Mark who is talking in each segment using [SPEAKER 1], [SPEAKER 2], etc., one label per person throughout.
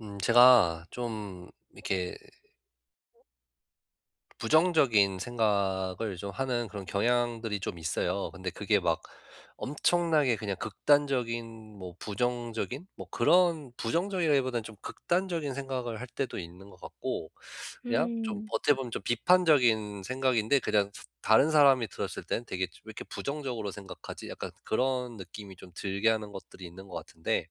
[SPEAKER 1] 제가 좀 이렇게 부정적인 생각을 좀 하는 그런 경향들이 좀 있어요. 근데 그게 막 엄청나게 그냥 극단적인 뭐 부정적인 뭐 그런 부정적이라기보다는 좀 극단적인 생각을 할 때도 있는 것 같고, 그냥 좀
[SPEAKER 2] 음.
[SPEAKER 1] 어떻게 보면 좀 비판적인 생각인데, 그냥 다른 사람이 들었을 땐 되게 '왜 이렇게 부정적으로 생각하지?' 약간 그런 느낌이 좀 들게 하는 것들이 있는 것 같은데,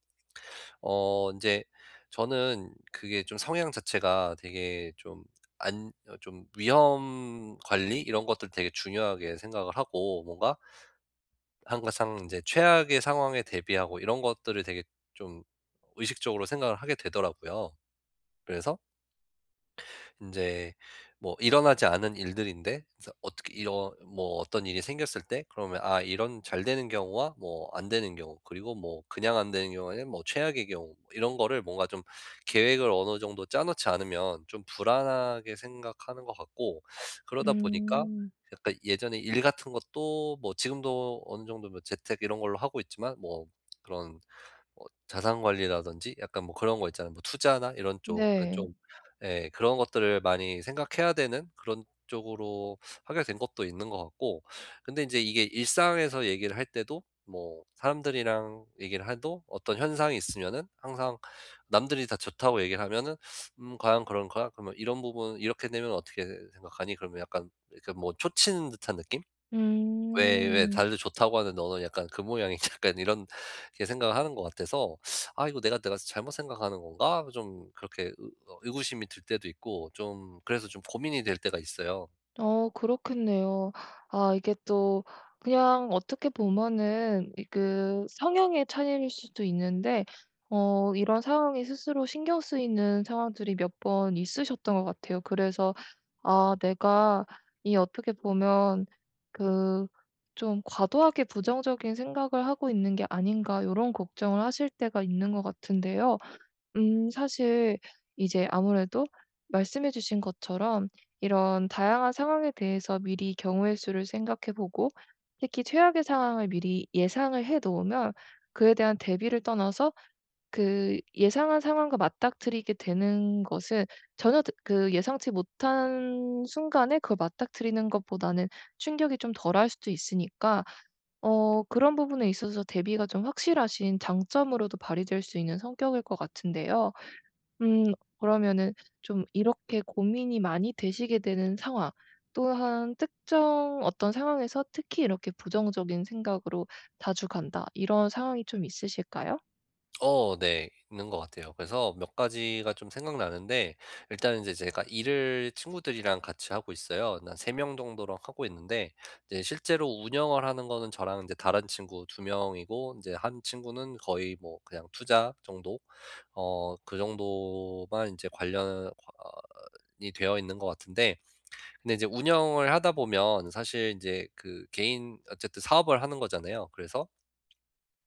[SPEAKER 1] 이제 저는 그게 좀 성향 자체가 되게 좀 안 어 좀 위험 관리 이런 것들 되게 중요하게 생각을 하고, 뭔가 항상 이제 최악의 상황에 대비하고 이런 것들을 되게 좀 의식적으로 생각을 하게 되더라고요. 그래서 이제 뭐 일어나지 않은 일들인데, 그래서 어떻게 이런 뭐 어떤 일이 생겼을 때 그러면 아 이런 잘 되는 경우와 뭐 안 되는 경우, 그리고 뭐 그냥 안 되는 경우 에뭐 최악의 경우 뭐 이런 거를 뭔가 좀 계획을 어느 정도 짜 놓지 않으면 좀 불안하게 생각하는 것 같고. 그러다 보니까
[SPEAKER 2] 음.
[SPEAKER 1] 약간 예전에 일 같은 것도 뭐 지금도 어느 정도 뭐 재택 이런 걸로 하고 있지만, 뭐 그런 뭐 자산 관리라든지 약간 뭐 그런 거 있잖아요. 뭐 투자나 이런 쪽 그
[SPEAKER 2] 네.
[SPEAKER 1] 좀, 예 그런 것들을 많이 생각해야 되는 그런 쪽으로 하게 된 것도 있는 것 같고. 근데 인제 이게 일상에서 얘기를 할 때도, 뭐 사람들이랑 얘기를 해도 어떤 현상이 있으면은 항상 남들이 다 좋다고 얘기를 하면은 과연 그런가? 그러면 이런 부분 이렇게 되면 어떻게 생각하니?" 그러면 약간 이렇게 뭐 초치는 듯한 느낌? 왜 왜
[SPEAKER 2] 음.
[SPEAKER 1] 다들 좋다고 하는데 너는 약간 그 모양이냐 약간 이런 게 생각을 하는 것 같아서 '아 이거 내가 잘못 생각하는 건가?' 좀 그렇게 의 어 의구심이 들 때도 있고 좀 그래서 좀 고민이 될 때가 있어요.
[SPEAKER 2] 그렇겠네요. 아, 이게 또 그냥 어떻게 보면은 이 그 성향의 차이일 수도 있는데, 이런 상황에 스스로 신경 쓰이는 상황들이 몇 번 있으셨던 것 같아요. 그래서 '아, 내가 이 어떻게 보면 그 좀 과도하게 부정적인 생각을 하고 있는 게 아닌가.' 이런 걱정을 하실 때가 있는 것 같은데요. 사실 이제 아무래도 말씀해 주신 것처럼 이런 다양한 상황에 대해서 미리 경우의 수를 생각해 보고, 특히 최악의 상황을 미리 예상을 해 놓으면, 그에 대한 대비를 떠나서 그 예상한 상황과 맞닥뜨리게 되는 것은 전혀 드 그 예상치 못한 순간에 그걸 맞닥뜨리는 것보다는 충격이 좀 덜할 수도 있으니까, 그런 부분에 있어서 대비가 좀 확실하신 장점으로도 발휘될 수 있는 성격일 것 같은데요. 음 그러면은 좀 이렇게 고민이 많이 되시게 되는 상황, 또한 특정 어떤 상황에서 특히 이렇게 부정적인 생각으로 자주 간다, 이런 상황이 좀 있으실까요?
[SPEAKER 1] 네. 있는 것 같아요. 그래서 몇 가지가 좀 생각나는데, 일단은 이제 제가 일을 친구들이랑 같이 하고 있어요. 한 3 명 정도랑 하고 있는데, 이제 실제로 운영을 하는 거는 저랑 이제 다른 친구 2 명이고, 이제 한 친구는 거의 뭐 그냥 투자 정도 그 정도만 이제 관련이 되어 있는 것 같은데. 근데 이제 운영을 하다 보면 사실 이제 그 개인 어쨌든 사업을 하는 거잖아요. 그래서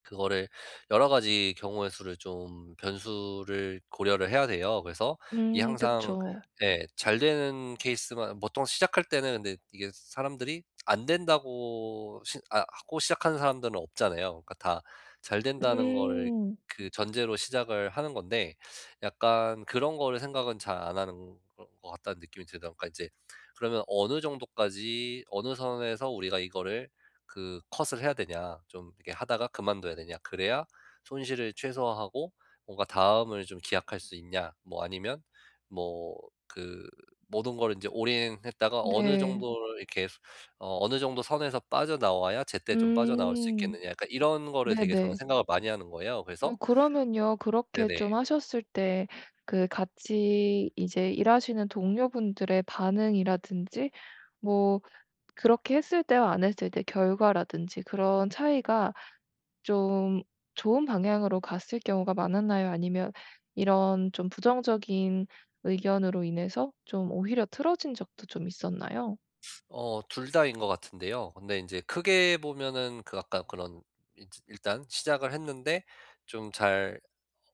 [SPEAKER 1] 그거를 여러 가지 경우의 수를 좀 변수를 고려를 해야 돼요. 그래서 이 항상
[SPEAKER 2] 그쵸.
[SPEAKER 1] 예 잘 되는 케이스만 보통 시작할 때는, 근데 이게 사람들이 안 된다고 시 아 하고 시작하는 사람들은 없잖아요. 그러니까 다 잘 된다는 거를
[SPEAKER 2] 음
[SPEAKER 1] 그 전제로 시작을 하는 건데, 약간 그런 거를 생각은 잘 안 하는 것 같다는 느낌이 들다 보니까 이제. 그러면 어느 정도까지 어느 선에서 우리가 이거를 그 컷을 해야 되냐, 좀 이렇게 하다가 그만둬야 되냐, 그래야 손실을 최소화하고 뭔가 다음을 좀 기약할 수 있냐, 뭐 아니면 뭐 그 모든 걸 이제 올인했다가 어느
[SPEAKER 2] 네.
[SPEAKER 1] 정도를 이렇게 어느 정도 선에서 빠져나와야 제때 좀 빠져나올 수
[SPEAKER 2] 음
[SPEAKER 1] 있겠느냐, 약간 이런 거를 되게 저는
[SPEAKER 2] 네네.
[SPEAKER 1] 생각을 많이 하는 거예요. 그래서
[SPEAKER 2] 그러면요. 그렇게
[SPEAKER 1] 네네.
[SPEAKER 2] 좀 하셨을 때, 그 같이 이제 일하시는 동료분들의 반응이라든지, 뭐 그렇게 했을 때와 안 했을 때 결과라든지, 그런 차이가 좀 좋은 방향으로 갔을 경우가 많았나요? 아니면 이런 좀 부정적인 의견으로 인해서 좀 오히려 틀어진 적도 좀 있었나요?
[SPEAKER 1] 둘 다인 것 같은데요. 근데 이제 크게 보면은 그 아까 그런 이제 일단 시작을 했는데 좀잘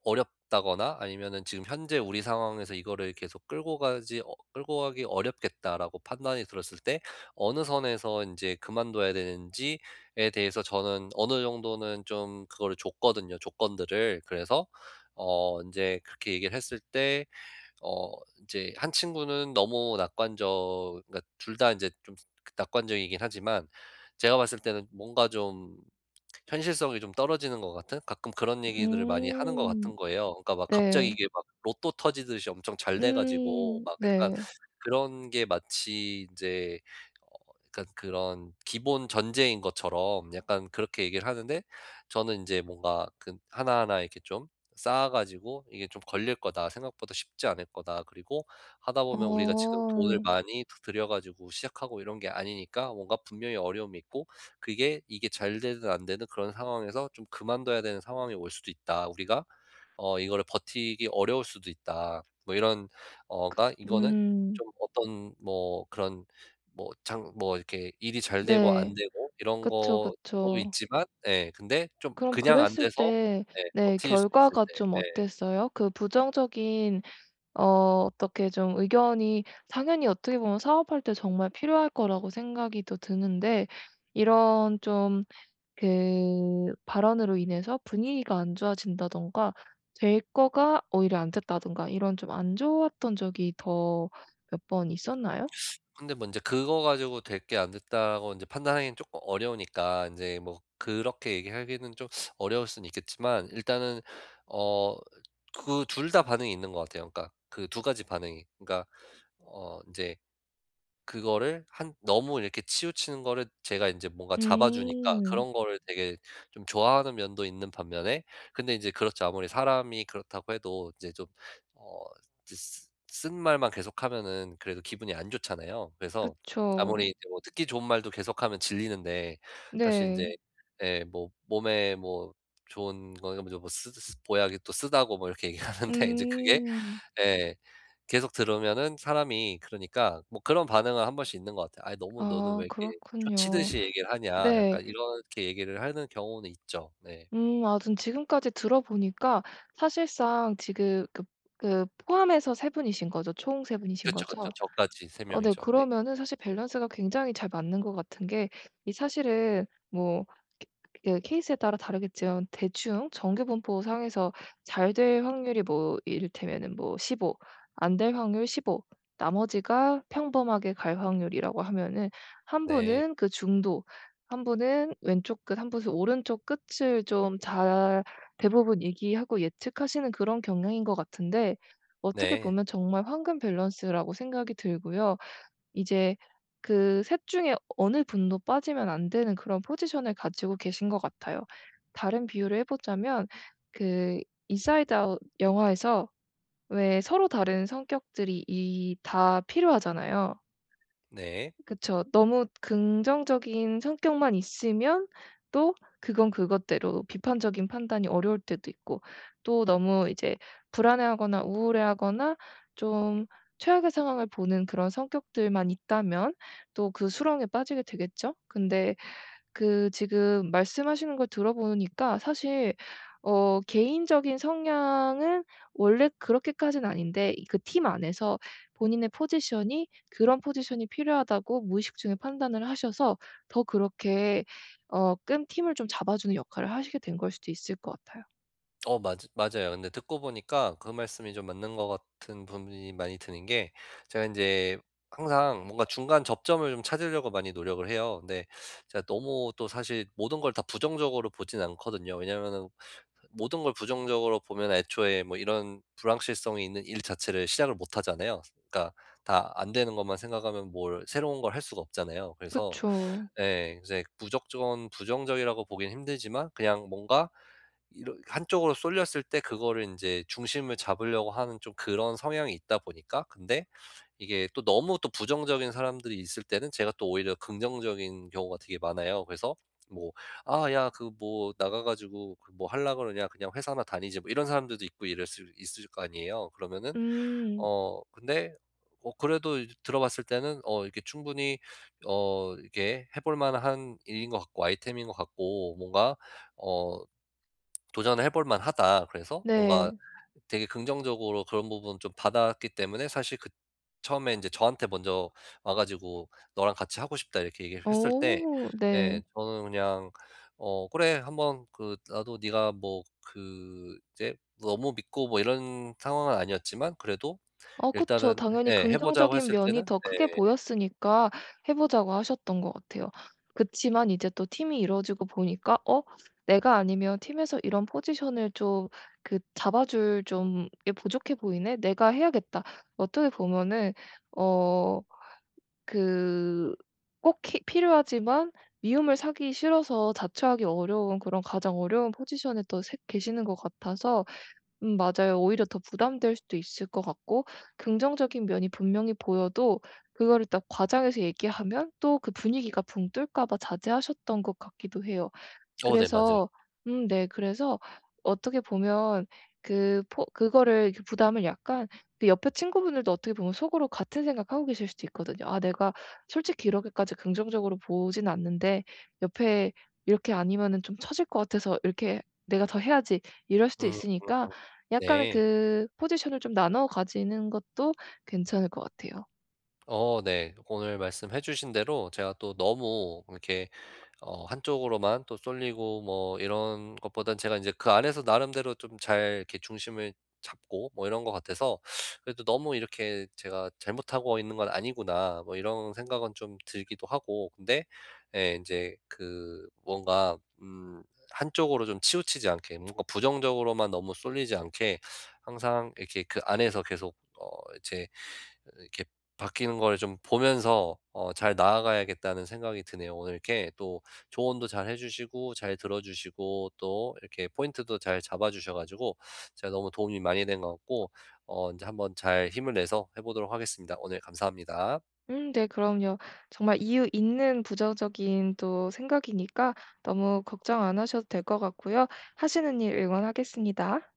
[SPEAKER 1] 어렵다거나 아니면은 지금 현재 우리 상황에서 이거를 계속 끌고 가지 어 끌고 가기 어렵겠다라고 판단이 들었을 때 어느 선에서 이제 그만둬야 되는지에 대해서 저는 어느 정도는 좀 그거를 줬거든요, 조건들을. 그래서 이제 그렇게 얘기를 했을 때 어 이제 한 친구는 너무 낙관적, 그러니까 둘 다 이제 좀 낙관적이긴 하지만 제가 봤을 때는 뭔가 좀 현실성이 좀 떨어지는 것 같은 가끔 그런 얘기들을 많이 하는 것
[SPEAKER 2] 음.
[SPEAKER 1] 같은 거예요. 그러니까 막 갑자기
[SPEAKER 2] 네.
[SPEAKER 1] 이게 막 로또 터지듯이 엄청 잘 돼 가지고
[SPEAKER 2] 음.
[SPEAKER 1] 막 약간
[SPEAKER 2] 네.
[SPEAKER 1] 그런 게 마치 인제 어 약간 그런 기본 전제인 것처럼 약간 그렇게 얘기를 하는데, 저는 인제 뭔가 그 하나하나 이렇게 좀 쌓아 가지고 '이게 좀 걸릴 거다. 생각보다 쉽지 않을 거다. 그리고 하다 보면 우리가 지금 돈을
[SPEAKER 2] 어.
[SPEAKER 1] 많이 들여 가지고 시작하고 이런 게 아니니까 뭔가 분명히 어려움이 있고' 그게 이게 잘 되든 안 되든 그런 상황에서 좀 그만둬야 되는 상황이 올 수도 있다. 우리가 이거를 버티기 어려울 수도 있다. 뭐 이런 어가 이거는
[SPEAKER 2] 음.
[SPEAKER 1] 좀 어떤 뭐 그런 뭐 장 뭐 이렇게 일이 잘 되고
[SPEAKER 2] 네.
[SPEAKER 1] 안 되고 이런
[SPEAKER 2] 그쵸,
[SPEAKER 1] 것도
[SPEAKER 2] 그쵸.
[SPEAKER 1] 있지만 예 근데 좀
[SPEAKER 2] 그럼
[SPEAKER 1] 그냥 안
[SPEAKER 2] 그랬을
[SPEAKER 1] 돼서
[SPEAKER 2] 때,
[SPEAKER 1] 예
[SPEAKER 2] 네,
[SPEAKER 1] 버틸 수 있을
[SPEAKER 2] 결과가
[SPEAKER 1] 때.
[SPEAKER 2] 좀
[SPEAKER 1] 예.
[SPEAKER 2] 어땠어요? 그 부정적인, 어 어떻게 좀 의견이 당연히 어떻게 보면 사업할 때 정말 필요할 거라고 생각이 또 드는데, 이런 좀 그 발언으로 인해서 분위기가 안 좋아진다든가, 될 거가 오히려 안 됐다든가, 이런 좀 안 좋았던 적이 더 몇 번 있었나요?
[SPEAKER 1] 근데 뭐 인제 그거 가지고 '될 게 안 됐다.'고 인제 판단하기는 쪼끔 어려우니까 인제 뭐 그렇게 얘기하기는 좀 어려울 수는 있겠지만, 일단은 어 그 둘 다 반응이 있는 것 같아요. 그러니까 그 두 가지 반응이. 그러니까 인제 그거를 한 너무 이렇게 치우치는 거를 제가 인제 뭔가 잡아 주니까
[SPEAKER 2] 음.
[SPEAKER 1] 그런 거를 되게 좀 좋아하는 면도 있는 반면에, 근데 인제 그렇죠. 아무리 사람이 그렇다고 해도 이제 좀 어 이제 쓰 쓴 말만 계속하면은 그래도 기분이 안 좋잖아요. 그래서
[SPEAKER 2] 그쵸.
[SPEAKER 1] 아무리 이제 뭐 듣기 좋은 말도 계속하면 질리는데, 사실
[SPEAKER 2] 네.
[SPEAKER 1] 인제 예 뭐 몸에 뭐 좋은 거 뭐 쓰 쓰 보약이 또 쓰다고 뭐 이렇게 얘기하는데 인제 그게
[SPEAKER 2] 음.
[SPEAKER 1] 예. 계속 들으면은 사람이, 그러니까 뭐 그런 반응은 한 번씩 있는 것 같아요. "아이 너무 너는
[SPEAKER 2] 아,
[SPEAKER 1] 왜 이렇게
[SPEAKER 2] 그렇군요.
[SPEAKER 1] 쪼치듯이 얘기를 하냐."
[SPEAKER 2] 네.
[SPEAKER 1] 약간 이렇게 얘기를 하는 경우는 있죠. 네.
[SPEAKER 2] 아, 좀 지금까지 들어보니까 사실상 지금 그 포함해서 세 분이신 거죠? 총 세 분이신
[SPEAKER 1] 그쵸,
[SPEAKER 2] 거죠?
[SPEAKER 1] 그쵸. 저까지 세
[SPEAKER 2] 어 네.
[SPEAKER 1] 명이죠. 네.
[SPEAKER 2] 그러면은 사실 밸런스가 굉장히 잘 맞는 것 같은 게, 이 사실은 뭐 그 케이스에 따라 다르겠지만, 대충 정규분포상에서 잘 될 확률이 뭐 이를테면은 뭐 15, 안 될 확률 15, 나머지가 평범하게 갈 확률이라고 하면은, 한
[SPEAKER 1] 네.
[SPEAKER 2] 분은 그 중도, 한 분은 왼쪽 끝, 한 분은 오른쪽 끝을 좀 잘 대부분 얘기하고 예측하시는, 그런 경향인 것 같은데, 어떻게
[SPEAKER 1] 네.
[SPEAKER 2] 보면 정말 황금 밸런스라고 생각이 들고요. 이제 그 셋 중에 어느 분도 빠지면 안 되는 그런 포지션을 가지고 계신 것 같아요. 다른 비유를 해 보자면 그 인사이드 아웃 영화에서, 왜 서로 다른 성격들이 이 다 필요하잖아요.
[SPEAKER 1] 네.
[SPEAKER 2] 그쵸. 너무 긍정적인 성격만 있으면 또 그건 그것대로 비판적인 판단이 어려울 때도 있고, 또 너무 이제 불안해하거나 우울해하거나 좀 최악의 상황을 보는 그런 성격들만 있다면 또 그 수렁에 빠지게 되겠죠. 근데 그 지금 말씀하시는 걸 들어보니까, 사실 개인적인 성향은 원래 그렇게까지는 아닌데 그 팀 안에서 본인의 포지션이, 그런 포지션이 필요하다고 무의식 중에 판단을 하셔서 더 그렇게 어 끈 팀을 좀 잡아주는 역할을 하시게 된 걸 수도 있을 것 같아요.
[SPEAKER 1] 어 맞 맞아요. 근데 듣고 보니까 그 말씀이 좀 맞는 것 같은 부분이 많이 드는 게, 제가 인제 항상 뭔가 중간 접점을 좀 찾으려고 많이 노력을 해요. 근데 제가 너무 또 사실 모든 걸 다 부정적으로 보진 않거든요. 왜냐면은 모든 걸 부정적으로 보면 애초에 뭐 이런 불확실성이 있는 일 자체를 시작을 못 하잖아요. 그러니까 다 안 되는 것만 생각하면 뭘 새로운 걸 할 수가 없잖아요. 그래서
[SPEAKER 2] 그쵸.
[SPEAKER 1] 예 이제 무조건 부정적이라고 보긴 힘들지만, 그냥 뭔가 이런 한쪽으로 쏠렸을 때 그거를 인제 중심을 잡으려고 하는 좀 그런 성향이 있다 보니까. 근데 이게 또 너무 또 부정적인 사람들이 있을 때는 제가 또 오히려 긍정적인 경우가 되게 많아요. 그래서 뭐 "아 야 그 뭐 나가 가지고 그 뭐 하려 그러냐. 그냥 회사나 다니지." 뭐 이런 사람들도 있고 이럴 수 있을 거 아니에요. 그러면은
[SPEAKER 2] 음.
[SPEAKER 1] 근데 그래도 이제 들어봤을 때는 어 이게 충분히 이게 해볼 만한 일인 것 같고 아이템인 것 같고 뭔가 어 도전을 해볼 만하다. 그래서
[SPEAKER 2] 네.
[SPEAKER 1] 뭔가 되게 긍정적으로 그런 부분 좀 받았기 때문에, 사실 그 처음에 이제 저한테 먼저 와 가지고 "너랑 같이 하고 싶다." 이렇게 얘기를 했을 때
[SPEAKER 2] 어.
[SPEAKER 1] 예
[SPEAKER 2] 네.
[SPEAKER 1] 저는 그냥 "그래. 한번 그 나도 네가 뭐 그 이제 너무 믿고 뭐 이런 상황은 아니었지만 그래도
[SPEAKER 2] 어 그쵸.
[SPEAKER 1] 일단은
[SPEAKER 2] 당연히
[SPEAKER 1] 예 해 보자."고
[SPEAKER 2] 긍정적인
[SPEAKER 1] 했을
[SPEAKER 2] 면이
[SPEAKER 1] 때는
[SPEAKER 2] 더 크게
[SPEAKER 1] 네.
[SPEAKER 2] 보였으니까 해 보자고 하셨던 것 같아요. 그치만 이제 또 팀이 이루어지고 보니까 '어, 내가 아니면 팀에서 이런 포지션을 좀 그 잡아 줄 좀 게 부족해 보이네. 내가 해야겠다.' 어떻게 보면은 어 그 꼭 히 필요하지만 미움을 사기 싫어서 자처하기 어려운 그런 가장 어려운 포지션에 또 새 계시는 것 같아서. 맞아요. 오히려 더 부담될 수도 있을 것 같고, 긍정적인 면이 분명히 보여도 그거를 딱 과장해서 얘기하면 또 그 분위기가 붕 뜰까 봐 자제하셨던 것 같기도 해요.
[SPEAKER 1] 네 맞아요.
[SPEAKER 2] 그래서 음네, 그래서 어떻게 보면 그 포 그거를 이렇게 부담을 약간, 그 옆에 친구분들도 어떻게 보면 속으로 같은 생각하고 계실 수도 있거든요. '아, 내가 솔직히 이렇게까지 긍정적으로 보진 않는데, 옆에 이렇게 아니면은 좀 처질 것 같아서 이렇게 내가 더 해야지.' 이럴 수도
[SPEAKER 1] 음음
[SPEAKER 2] 있으니까 약간은
[SPEAKER 1] 네.
[SPEAKER 2] 그 포지션을 좀 나눠 가지는 것도 괜찮을 것 같아요.
[SPEAKER 1] 네. 오늘 말씀해 주신 대로 제가 또 너무 이렇게 한쪽으로만 또 쏠리고 뭐 이런 것보단 제가 이제 그 안에서 나름대로 좀 잘 이렇게 중심을 잡고 뭐 이런 것 같아서 그래도 너무 이렇게 '제가 잘못하고 있는 건 아니구나.' 뭐 이런 생각은 좀 들기도 하고. 근데 예제그 뭔가 한쪽으로 좀 치우치지 않게, 뭔가 부정적으로만 너무 쏠리지 않게, 항상 이렇게 그 안에서 계속 이제 이렇게 바뀌는 걸 좀 보면서 잘 나아가야겠다는 생각이 드네요. 오늘 이렇게 또 조언도 잘 해 주시고 잘 들어 주시고 또 이렇게 포인트도 잘 잡아 주셔 가지고 제가 너무 도움이 많이 된 것 같고, 어제 한번 잘 힘을 내서 해 보도록 하겠습니다. 오늘 감사합니다.
[SPEAKER 2] 네 그럼요. 정말 이유 있는 부정적인 또 생각이니까 너무 걱정 안 하셔도 될 것 같고요. 하시는 일 응원하겠습니다.